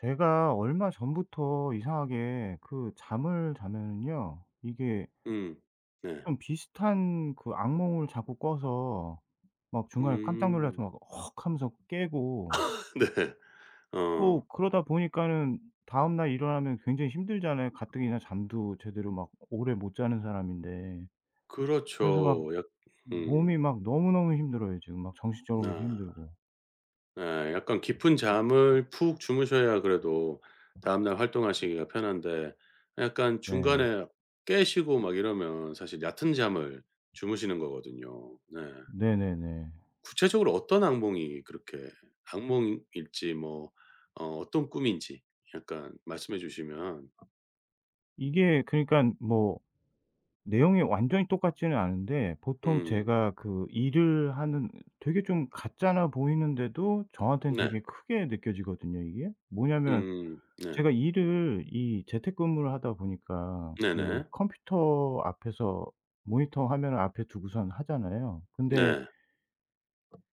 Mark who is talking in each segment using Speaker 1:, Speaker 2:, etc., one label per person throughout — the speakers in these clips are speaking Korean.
Speaker 1: 제가 얼마 전부터 이상하게 그 잠을 자면은요. 이게
Speaker 2: 음. 네. 어.
Speaker 1: 좀 비슷한 그 악몽을 자꾸 꿔서 막 중간에 깜짝
Speaker 2: 음.
Speaker 1: 놀라서 막 "헉." 하면서 깨고
Speaker 2: 네. 어.
Speaker 1: 또 그러다 보니까는 다음 날 일어나면 굉장히 힘들잖아요. 가뜩이나 잠도 제대로 막 오래 못 자는 사람인데. 그래서 막
Speaker 2: 그렇죠. 약 음.
Speaker 1: 몸이 막 너무너무 힘들어요 지금. 막 정신적으로도
Speaker 2: 아.
Speaker 1: 힘들고.
Speaker 2: 예. 약간 깊은 잠을 푹 주무셔야 그래도 다음날 활동하시기가 편한데 약간
Speaker 1: 네.
Speaker 2: 중간에 깨시고 막 이러면 사실 얕은 잠을 주무시는 거거든요. 네.
Speaker 1: 네네네.
Speaker 2: 구체적으로 어떤 악몽이 그렇게 악몽일지 뭐 어떤 꿈인지 약간 말씀해 주시면.
Speaker 1: 이게 그러니까뭐 내용이 완전히 똑같지는 않은데 보통
Speaker 2: 음.
Speaker 1: 제가 그 일을 하는 되게 좀 같잖아 보이는데도 저한테는
Speaker 2: 네.
Speaker 1: 되게 크게 느껴지거든요 이게. 뭐냐면
Speaker 2: 음. 네.
Speaker 1: 제가 일을 이 재택근무를 하다 보니까 그
Speaker 2: 네네.
Speaker 1: 컴퓨터 앞에서 모니터 화면을 앞에 두고선 하잖아요. 근데
Speaker 2: 네.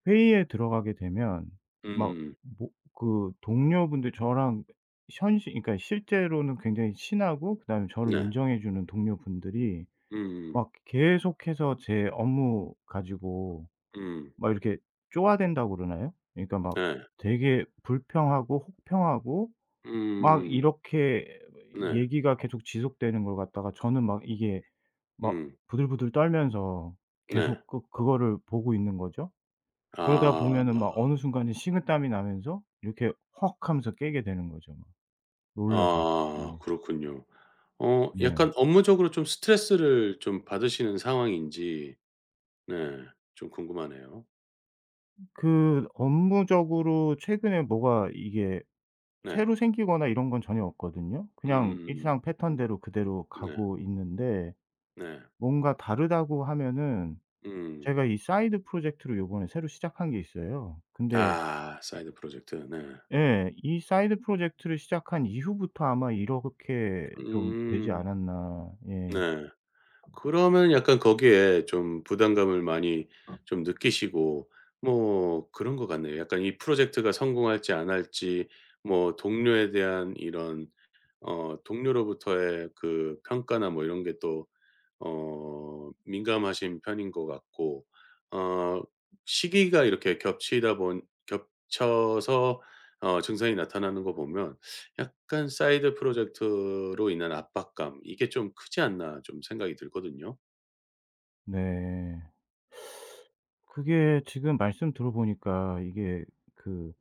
Speaker 1: 회의에 들어가게 되면 막
Speaker 2: 음음음.
Speaker 1: 뭐 그 동료분들 저랑 현실 그러니까 실제로는 굉장히 친하고 그다음에 저를
Speaker 2: 네.
Speaker 1: 인정해 주는 동료분들이
Speaker 2: 음음.
Speaker 1: 막 계속해서 제 업무 가지고
Speaker 2: 음.
Speaker 1: 막 이렇게 쪼아댄다고 그러나요? 그러니까 막
Speaker 2: 네.
Speaker 1: 되게 불평하고 혹평하고 막
Speaker 2: 음.
Speaker 1: 이렇게
Speaker 2: 네.
Speaker 1: 얘기가 계속 지속되는 걸 갖다가 저는 막 이게 막
Speaker 2: 음.
Speaker 1: 부들부들 떨면서
Speaker 2: 네.
Speaker 1: 계속 그 그거를 보고 있는 거죠. 그러다 보면은 막
Speaker 2: 아.
Speaker 1: 어느 순간에 식은땀이 나면서 이렇게 "헉." 하면서 깨게 되는 거죠 막 놀라서.
Speaker 2: 아
Speaker 1: 네.
Speaker 2: 그렇군요.
Speaker 1: 네.
Speaker 2: 약간 업무적으로 좀 스트레스를 좀 받으시는 상황인지 네좀 궁금하네요.
Speaker 1: 그 업무적으로 최근에 뭐가 이게
Speaker 2: 네.
Speaker 1: 새로 생기거나 이런 건 전혀 없거든요. 그냥
Speaker 2: 음음음.
Speaker 1: 일상
Speaker 2: 음.
Speaker 1: 패턴대로 그대로
Speaker 2: 네.
Speaker 1: 가고 있는데
Speaker 2: 네.
Speaker 1: 뭔가 다르다고 하면은
Speaker 2: 음.
Speaker 1: 제가 이 사이드 프로젝트를 요번에 새로 시작한 게 있어요. 근데
Speaker 2: 아 사이드 프로젝트. 네.
Speaker 1: 예. 이 사이드 프로젝트를 시작한 이후부터 아마 이렇게 좀 되지
Speaker 2: 음.
Speaker 1: 않았나. 예.
Speaker 2: 네. 그러면 약간 거기에 좀 부담감을 많이 좀 느끼시고 뭐 그런 것 같네요. 약간 이 프로젝트가 성공할지 안 할지 뭐 동료에 대한 이런 동료로부터의 그 평가나 뭐 이런 게 또 민감하신 편인 것 같고 어 시기가 이렇게 겹치다 본 겹쳐서 증상이 나타나는 거 보면 약간 사이드 프로젝트로 인한 압박감 이게 좀 크지 않나 좀 생각이 들거든요.
Speaker 1: 네. 그게 지금 말씀 들어 보니까 이게 그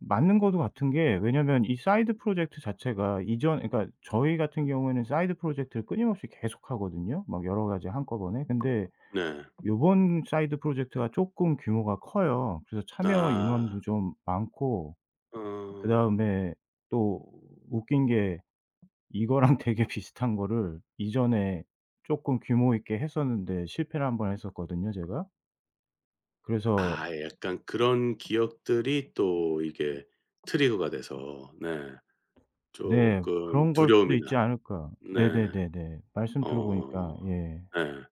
Speaker 1: 맞는 것도 같은 게 왜냐면 이 사이드 프로젝트 자체가 이전 그러니까 저희 같은 경우에는 사이드 프로젝트를 끊임없이 계속하거든요, 막 여러 가지 한꺼번에. 근데
Speaker 2: 네.
Speaker 1: 요번 사이드 프로젝트가 쪼끔 규모가 커요. 그래서 참여
Speaker 2: 아.
Speaker 1: 인원도 좀 많고
Speaker 2: 어.
Speaker 1: 그다음에 또 웃긴 게 이거랑 되게 비슷한 거를 이전에 쪼끔 규모 있게 했었는데 실패를 한 번 했었거든요, 제가. 그래서
Speaker 2: 아 약간 그런 기억들이 또 이게 트리거가 돼서 네
Speaker 1: 네.
Speaker 2: 쪼끔
Speaker 1: 그런 걸 수도 있지
Speaker 2: 두려움이나.
Speaker 1: 않을까.
Speaker 2: 네.
Speaker 1: 네네네네. 말씀 들어
Speaker 2: 어
Speaker 1: 보니까 예.
Speaker 2: 네.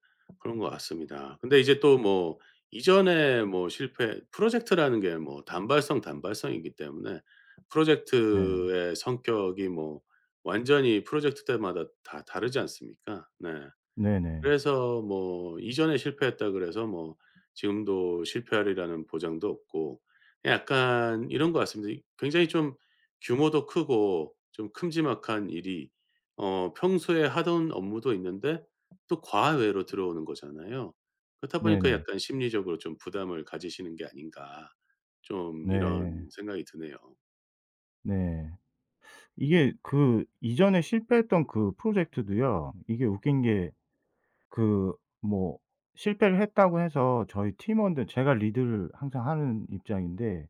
Speaker 2: 그런 것 같습니다. 근데 이제 또 뭐 이전에 뭐 실패 프로젝트라는 게 뭐 단발성이기 때문에
Speaker 1: 네.
Speaker 2: 프로젝트의 성격이 뭐 완전히 프로젝트 때마다 다 다르지 않습니까? 네.
Speaker 1: 네네.
Speaker 2: 그래서 뭐 이전에 실패했다 그래서 뭐 지금도 실패하리라는 보장도 없고 약간 이런 것 같습니다. 이 굉장히 좀 규모도 크고 좀 큼지막한 일이 평소에 하던 업무도 있는데 또 과외로 들어오는 거잖아요. 그렇다 보니까
Speaker 1: 네네.
Speaker 2: 약간 심리적으로 좀 부담을 가지시는 게 아닌가 좀
Speaker 1: 네.
Speaker 2: 이런 생각이 드네요.
Speaker 1: 네. 이게 그 이전에 실패했던 그 프로젝트도요. 이게 웃긴 게 그 뭐 실패를 했다고 해서 저희 팀원들 제가 리드를 항상 하는 입장인데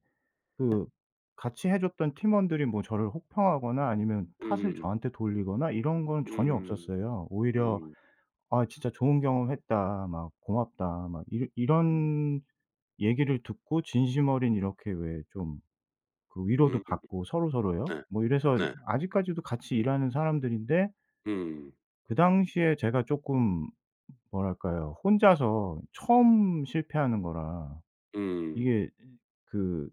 Speaker 1: 그 같이 해 줬던 팀원들이 뭐 저를 혹평하거나 아니면 탓을
Speaker 2: 음음.
Speaker 1: 저한테 돌리거나 이런 건 전혀
Speaker 2: 음.
Speaker 1: 없었어요. 오히려
Speaker 2: 음.
Speaker 1: "아 진짜 좋은 경험했다." 막 "고맙다." 막 이러 이런 얘기를 듣고 진심 어린 이렇게 왜좀 그 위로도
Speaker 2: 음.
Speaker 1: 받고 서로서로요.
Speaker 2: 네.
Speaker 1: 뭐 이래서
Speaker 2: 네.
Speaker 1: 아직까지도 같이 일하는 사람들인데
Speaker 2: 음.
Speaker 1: 그 당시에 제가 쪼끔 뭐랄까요. 혼자서 처음 실패하는 거라
Speaker 2: 음.
Speaker 1: 이게 그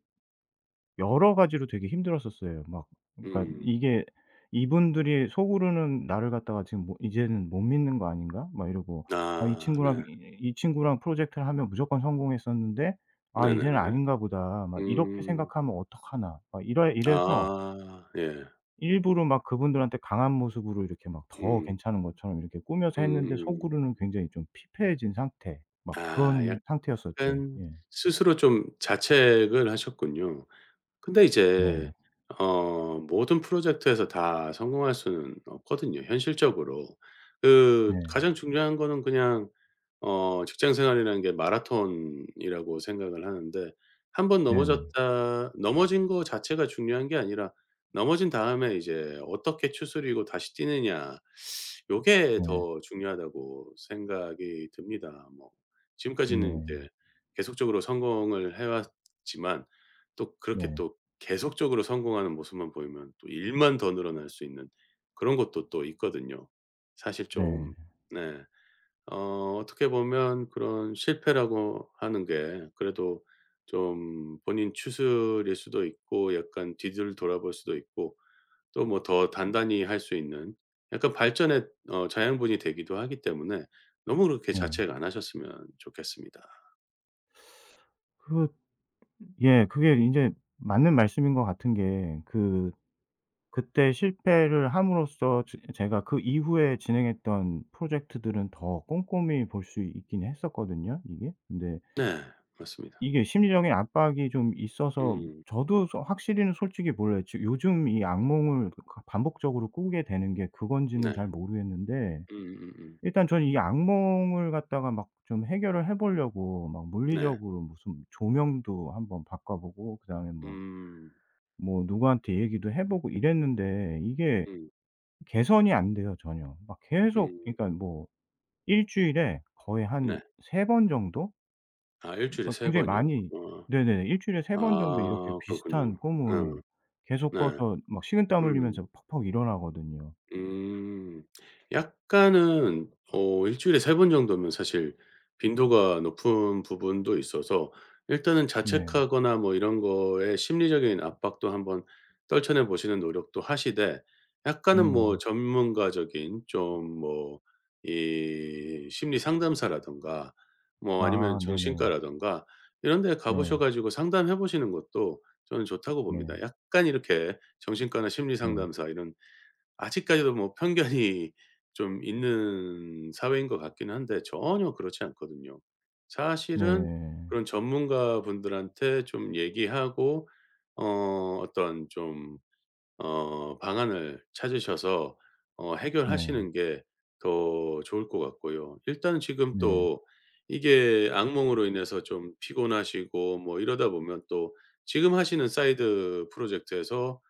Speaker 1: 여러 가지로 되게 힘들었었어요. 막 그러니까
Speaker 2: 음.
Speaker 1: 이게 '이분들이 속으로는 나를 갖다가 지금 뭐 이제는 못 믿는 거 아닌가?' 막 이러고 '아 이
Speaker 2: 아.
Speaker 1: 친구랑
Speaker 2: 네.
Speaker 1: 이 친구랑 프로젝트를 하면 무조건 성공했었는데 아 이제는
Speaker 2: 네네네.
Speaker 1: 아닌가 보다.' 막 '이렇게
Speaker 2: 음.
Speaker 1: 생각하면 어떡하나.' 막 이래서
Speaker 2: 아 예.
Speaker 1: 일부러 막 그분들한테 강한 모습으로 이렇게 막 더
Speaker 2: 음.
Speaker 1: 괜찮은 것처럼 이렇게 꾸며서 했는데
Speaker 2: 음.
Speaker 1: 속으로는 굉장히 좀 피폐해진 상태 막
Speaker 2: 아
Speaker 1: 그런 상태였었죠.
Speaker 2: 약간
Speaker 1: 예.
Speaker 2: 스스로 좀 자책을 하셨군요. 근데 이제
Speaker 1: 네.
Speaker 2: 모든 프로젝트에서 다 성공할 수는 없거든요 현실적으로. 그
Speaker 1: 네.
Speaker 2: 가장 중요한 거는 그냥 직장 생활이라는 게 마라톤이라고 생각을 하는데 한번
Speaker 1: 네네.
Speaker 2: 넘어졌다 넘어진 거 자체가 중요한 게 아니라 넘어진 다음에 이제 어떻게 추스리고 다시 뛰느냐 요게
Speaker 1: 네.
Speaker 2: 더 중요하다고 생각이 듭니다. 뭐 지금까지는
Speaker 1: 네.
Speaker 2: 이제 계속적으로 성공을 해 왔지만 또 그렇게
Speaker 1: 네.
Speaker 2: 또 계속적으로 성공하는 모습만 보이면 또 일만 더 늘어날 수 있는 그런 것도 또 있거든요. 사실
Speaker 1: 네.
Speaker 2: 좀 네. 어떻게 보면 그런 실패라고 하는 게 그래도 좀 본인 추스릴 수도 있고 약간 뒤를 돌아볼 수도 있고 또 뭐 더 단단히 할 수 있는 약간 발전의 자양분이 되기도 하기 때문에 너무 그렇게
Speaker 1: 네.
Speaker 2: 자책 안 하셨으면 좋겠습니다.
Speaker 1: 그 예 그게 인제 맞는 말씀인 것 같은 게 그 그때 실패를 함으로써 제 제가 그 이후에 진행했던 프로젝트들은 더 꼼꼼히 볼 수 있긴 했었거든요 이게. 근데
Speaker 2: 네. 맞습니다.
Speaker 1: 이게 심리적인 압박이 좀 있어서
Speaker 2: 음.
Speaker 1: 저도 소 확실히는 솔직히 몰라요. 지 요즘 이 악몽을 그 반복적으로 꾸게 되는 게 그건지는
Speaker 2: 네.
Speaker 1: 잘 모르겠는데
Speaker 2: 음음음.
Speaker 1: 일단 저는 이 악몽을 갖다가 막 좀 해결을 해 보려고 막
Speaker 2: 네.
Speaker 1: 물리적으로 무슨 조명도 한번 바꿔 보고 그다음에 뭐
Speaker 2: 음.
Speaker 1: 뭐 누구한테 얘기도 해 보고 이랬는데 이게
Speaker 2: 음.
Speaker 1: 개선이 안 돼요 전혀. 막 계속 그러니까
Speaker 2: 음.
Speaker 1: 뭐 일 주일에 거의 한
Speaker 2: 네.
Speaker 1: 3번 정도?
Speaker 2: 아 일 주일에
Speaker 1: 어
Speaker 2: 3
Speaker 1: 굉장히
Speaker 2: 번이요?
Speaker 1: 많이
Speaker 2: 어.
Speaker 1: 네네. 일 주일에 3번 정도 이렇게
Speaker 2: 아
Speaker 1: 비슷한
Speaker 2: 그렇군요. 음.
Speaker 1: 꿈을 계속
Speaker 2: 네.
Speaker 1: 꿔서 막 식은땀
Speaker 2: 음.
Speaker 1: 흘리면서 퍽퍽 일어나거든요.
Speaker 2: 음. 약간은 일주일에 3 번 정도면 사실 빈도가 높은 부분도 있어서 일단은
Speaker 1: 네.
Speaker 2: 자책하거나 뭐 이런 거에 심리적인 압박도 한번 떨쳐내 보시는 노력도 하시되 약간은 뭐
Speaker 1: 음.
Speaker 2: 전문가적인 좀 뭐 이 심리 상담사라든가 뭐 아니면
Speaker 1: 아 네네.
Speaker 2: 정신과라든가 이런 데 가 보셔
Speaker 1: 네.
Speaker 2: 가지고 상담해 보시는 것도 저는 좋다고 봅니다.
Speaker 1: 네.
Speaker 2: 약간 이렇게 정신과나 심리
Speaker 1: 네.
Speaker 2: 상담사 이런. 아직까지도 뭐 편견이 좀 있는 사회인 것 같기는 한데 전혀 그렇지 않거든요. 사실은
Speaker 1: 네.
Speaker 2: 그런 전문가분들한테 좀 얘기하고 어떤 좀 방안을 찾으셔서
Speaker 1: 네.
Speaker 2: 해결하시는 게 더 좋을 것 같고요. 일단 지금
Speaker 1: 네.
Speaker 2: 또 이게 악몽으로 인해서 좀 피곤하시고 뭐 이러다 보면 또 지금 하시는 사이드 프로젝트에서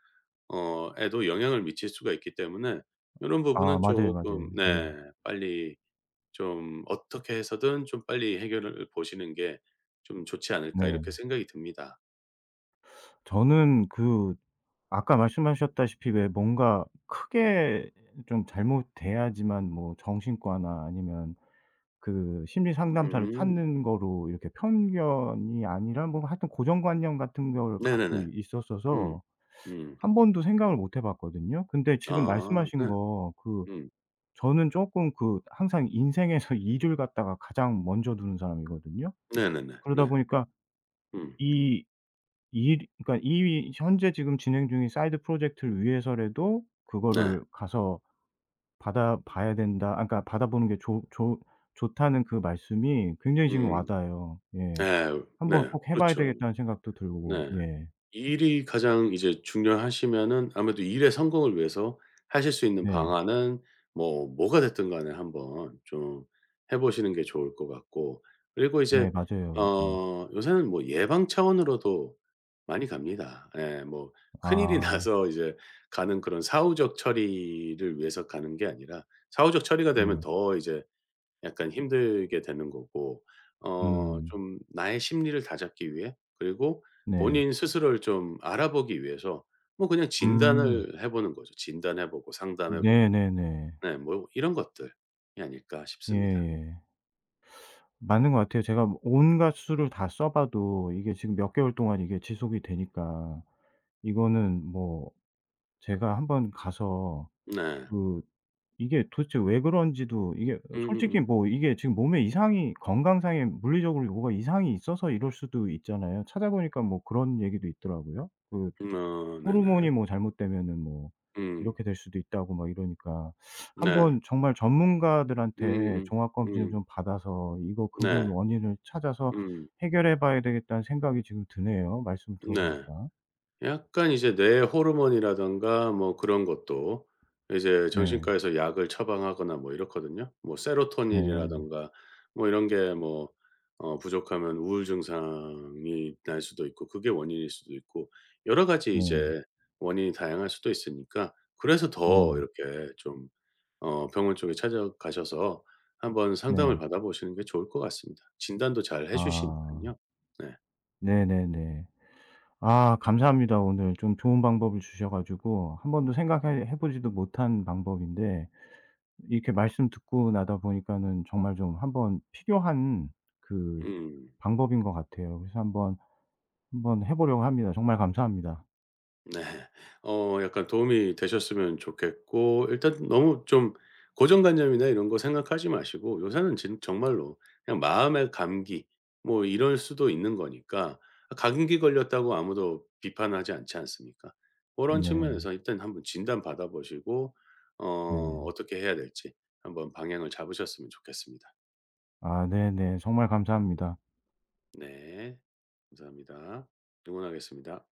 Speaker 2: 에도 영향을 미칠 수가 있기 때문에 이런
Speaker 1: 아
Speaker 2: 부분은
Speaker 1: 맞아요,
Speaker 2: 조금
Speaker 1: 맞아요. 예.
Speaker 2: 네 빨리 좀 어떻게 해서든 좀 빨리 해결을 보시는 게 좀 좋지 않을까 이렇게
Speaker 1: 네.
Speaker 2: 생각이 듭니다.
Speaker 1: 저는 그 아까 말씀하셨다시피 왜 뭔가 크게 좀 잘못돼야지만 뭐 정신과나 아니면 그 심리 상담사를
Speaker 2: 음.
Speaker 1: 찾는 거로 이렇게 편견이 아니라 뭐 하여튼 고정관념 같은 걸 갖고
Speaker 2: 네네네. 음.
Speaker 1: 있었어서
Speaker 2: 음.
Speaker 1: 한 번도 생각을 못 해 봤거든요. 근데 지금
Speaker 2: 아
Speaker 1: 말씀하신
Speaker 2: 네.
Speaker 1: 거 그
Speaker 2: 음.
Speaker 1: 저는 쪼끔 그 항상 인생에서 일을 갖다가 가장 먼저 두는 사람이거든요.
Speaker 2: 네네네.
Speaker 1: 그러다
Speaker 2: 네.
Speaker 1: 보니까
Speaker 2: 음.
Speaker 1: 이 일 그러니까 이 현재 지금 진행 중인 사이드 프로젝트를 위해서라도
Speaker 2: 네.
Speaker 1: 그거를 가서 받아봐야 된다 아 그러니까 받아보는 게 좋 좋 좋다는 그 말씀이 굉장히 지금 와
Speaker 2: 음.
Speaker 1: 닿아요. 예.
Speaker 2: 네.
Speaker 1: '한번
Speaker 2: 네.
Speaker 1: 꼭 해 봐야
Speaker 2: 그렇죠.
Speaker 1: 되겠다.'는 생각도 들고.
Speaker 2: 네.
Speaker 1: 예.
Speaker 2: 일이 가장 이제 중요하시면은 아무래도 일의 성공을 위해서 하실 수 있는
Speaker 1: 네.
Speaker 2: 방안은 뭐 뭐가 됐든 간에 한번 좀 해 보시는 게 좋을 것 같고 그리고
Speaker 1: 네
Speaker 2: 이제
Speaker 1: 맞아요. 네.
Speaker 2: 요새는 뭐 예방 차원으로도 많이 갑니다. 예. 뭐 큰일이
Speaker 1: 아
Speaker 2: 나서 이제 가는 그런 사후적 처리를 위해서 가는 게 아니라 사후적 처리가 되면
Speaker 1: 네.
Speaker 2: 더 이제 약간 힘들게 되는 거고
Speaker 1: 음.
Speaker 2: 좀 나의 심리를 다잡기 위해 그리고
Speaker 1: 네.
Speaker 2: 본인 스스로를 좀 알아보기 위해서 뭐 그냥
Speaker 1: 음.
Speaker 2: 진단을 해 보는 거죠. 진단해 보고 상담해 보고
Speaker 1: 네네네.
Speaker 2: 네 뭐 이런 것들이 아닐까 싶습니다.
Speaker 1: 예예. 맞는 것 같아요. 제가 뭐 온갖 수를 다 써 봐도 이게 지금 몇 개월 동안 이게 지속이 되니까 이거는 뭐 제가 한번 가서
Speaker 2: 네.
Speaker 1: 그 이게 도대체 왜 그런지도 이게 솔직히
Speaker 2: 음음음.
Speaker 1: 뭐 이게 지금 몸에 이상이 건강상에 물리적으로 뭐가 이상이 있어서 이럴 수도 있잖아요. 찾아보니까 뭐 그런 얘기도 있더라고요. 그
Speaker 2: 네네.
Speaker 1: 호르몬이 뭐 잘못되면은 뭐
Speaker 2: 음.
Speaker 1: 이렇게 될 수도 있다고 막 이러니까
Speaker 2: 네.
Speaker 1: 한번 정말 전문가들한테
Speaker 2: 음음.
Speaker 1: 종합
Speaker 2: 음.
Speaker 1: 검진을
Speaker 2: 음.
Speaker 1: 좀 받아서 '이거 근본
Speaker 2: 네.
Speaker 1: 원인을 찾아서
Speaker 2: 음.
Speaker 1: 해결해 봐야 되겠다.'는 생각이 지금 드네요, 말씀
Speaker 2: 네.
Speaker 1: 들어보니까.
Speaker 2: 약간 이제 뇌 호르몬이라든가 뭐 그런 것도 이제
Speaker 1: 네.
Speaker 2: 정신과에서 약을 처방하거나 뭐 이렇거든요. 뭐
Speaker 1: 네.
Speaker 2: 세로토닌이라든가 뭐 이런 게 뭐 부족하면 우울 증상이 날 수도 있고 그게 원인일 수도 있고 여러 가지
Speaker 1: 네.
Speaker 2: 이제 원인이 다양할 수도 있으니까 그래서
Speaker 1: 네.
Speaker 2: 더 이렇게 좀 병원 쪽에 찾아가셔서 한번 상담을
Speaker 1: 네.
Speaker 2: 받아보시는 게 좋을 것 같습니다. 진단도 잘 해주시니까
Speaker 1: 아.
Speaker 2: 요 네.
Speaker 1: 네네네. 아 감사합니다. 오늘 좀 좋은 방법을 주셔 가지고 한 번도 생각해 해 보지도 못한 방법인데 이렇게 말씀 듣고 나다 보니까는 정말 좀 한번 필요한 그
Speaker 2: 음.
Speaker 1: 방법인 것 같아요. 그래서 한번 해 보려고 합니다. 정말 감사합니다.
Speaker 2: 네. 약간 도움이 되셨으면 좋겠고 일단 너무 좀 고정관념이나 이런 거 생각하지 마시고 요새는 진 정말로 그냥 마음의 감기 뭐 이럴 수도 있는 거니까 감기 걸렸다고 아무도 비판하지 않지 않습니까? 그런
Speaker 1: 네.
Speaker 2: 측면에서 일단 한번 진단 받아 보시고
Speaker 1: 네.
Speaker 2: 어떻게 해야 될지 한번 방향을 잡으셨으면 좋겠습니다.
Speaker 1: 아 네네. 정말 감사합니다.
Speaker 2: 네. 감사합니다. 응원하겠습니다.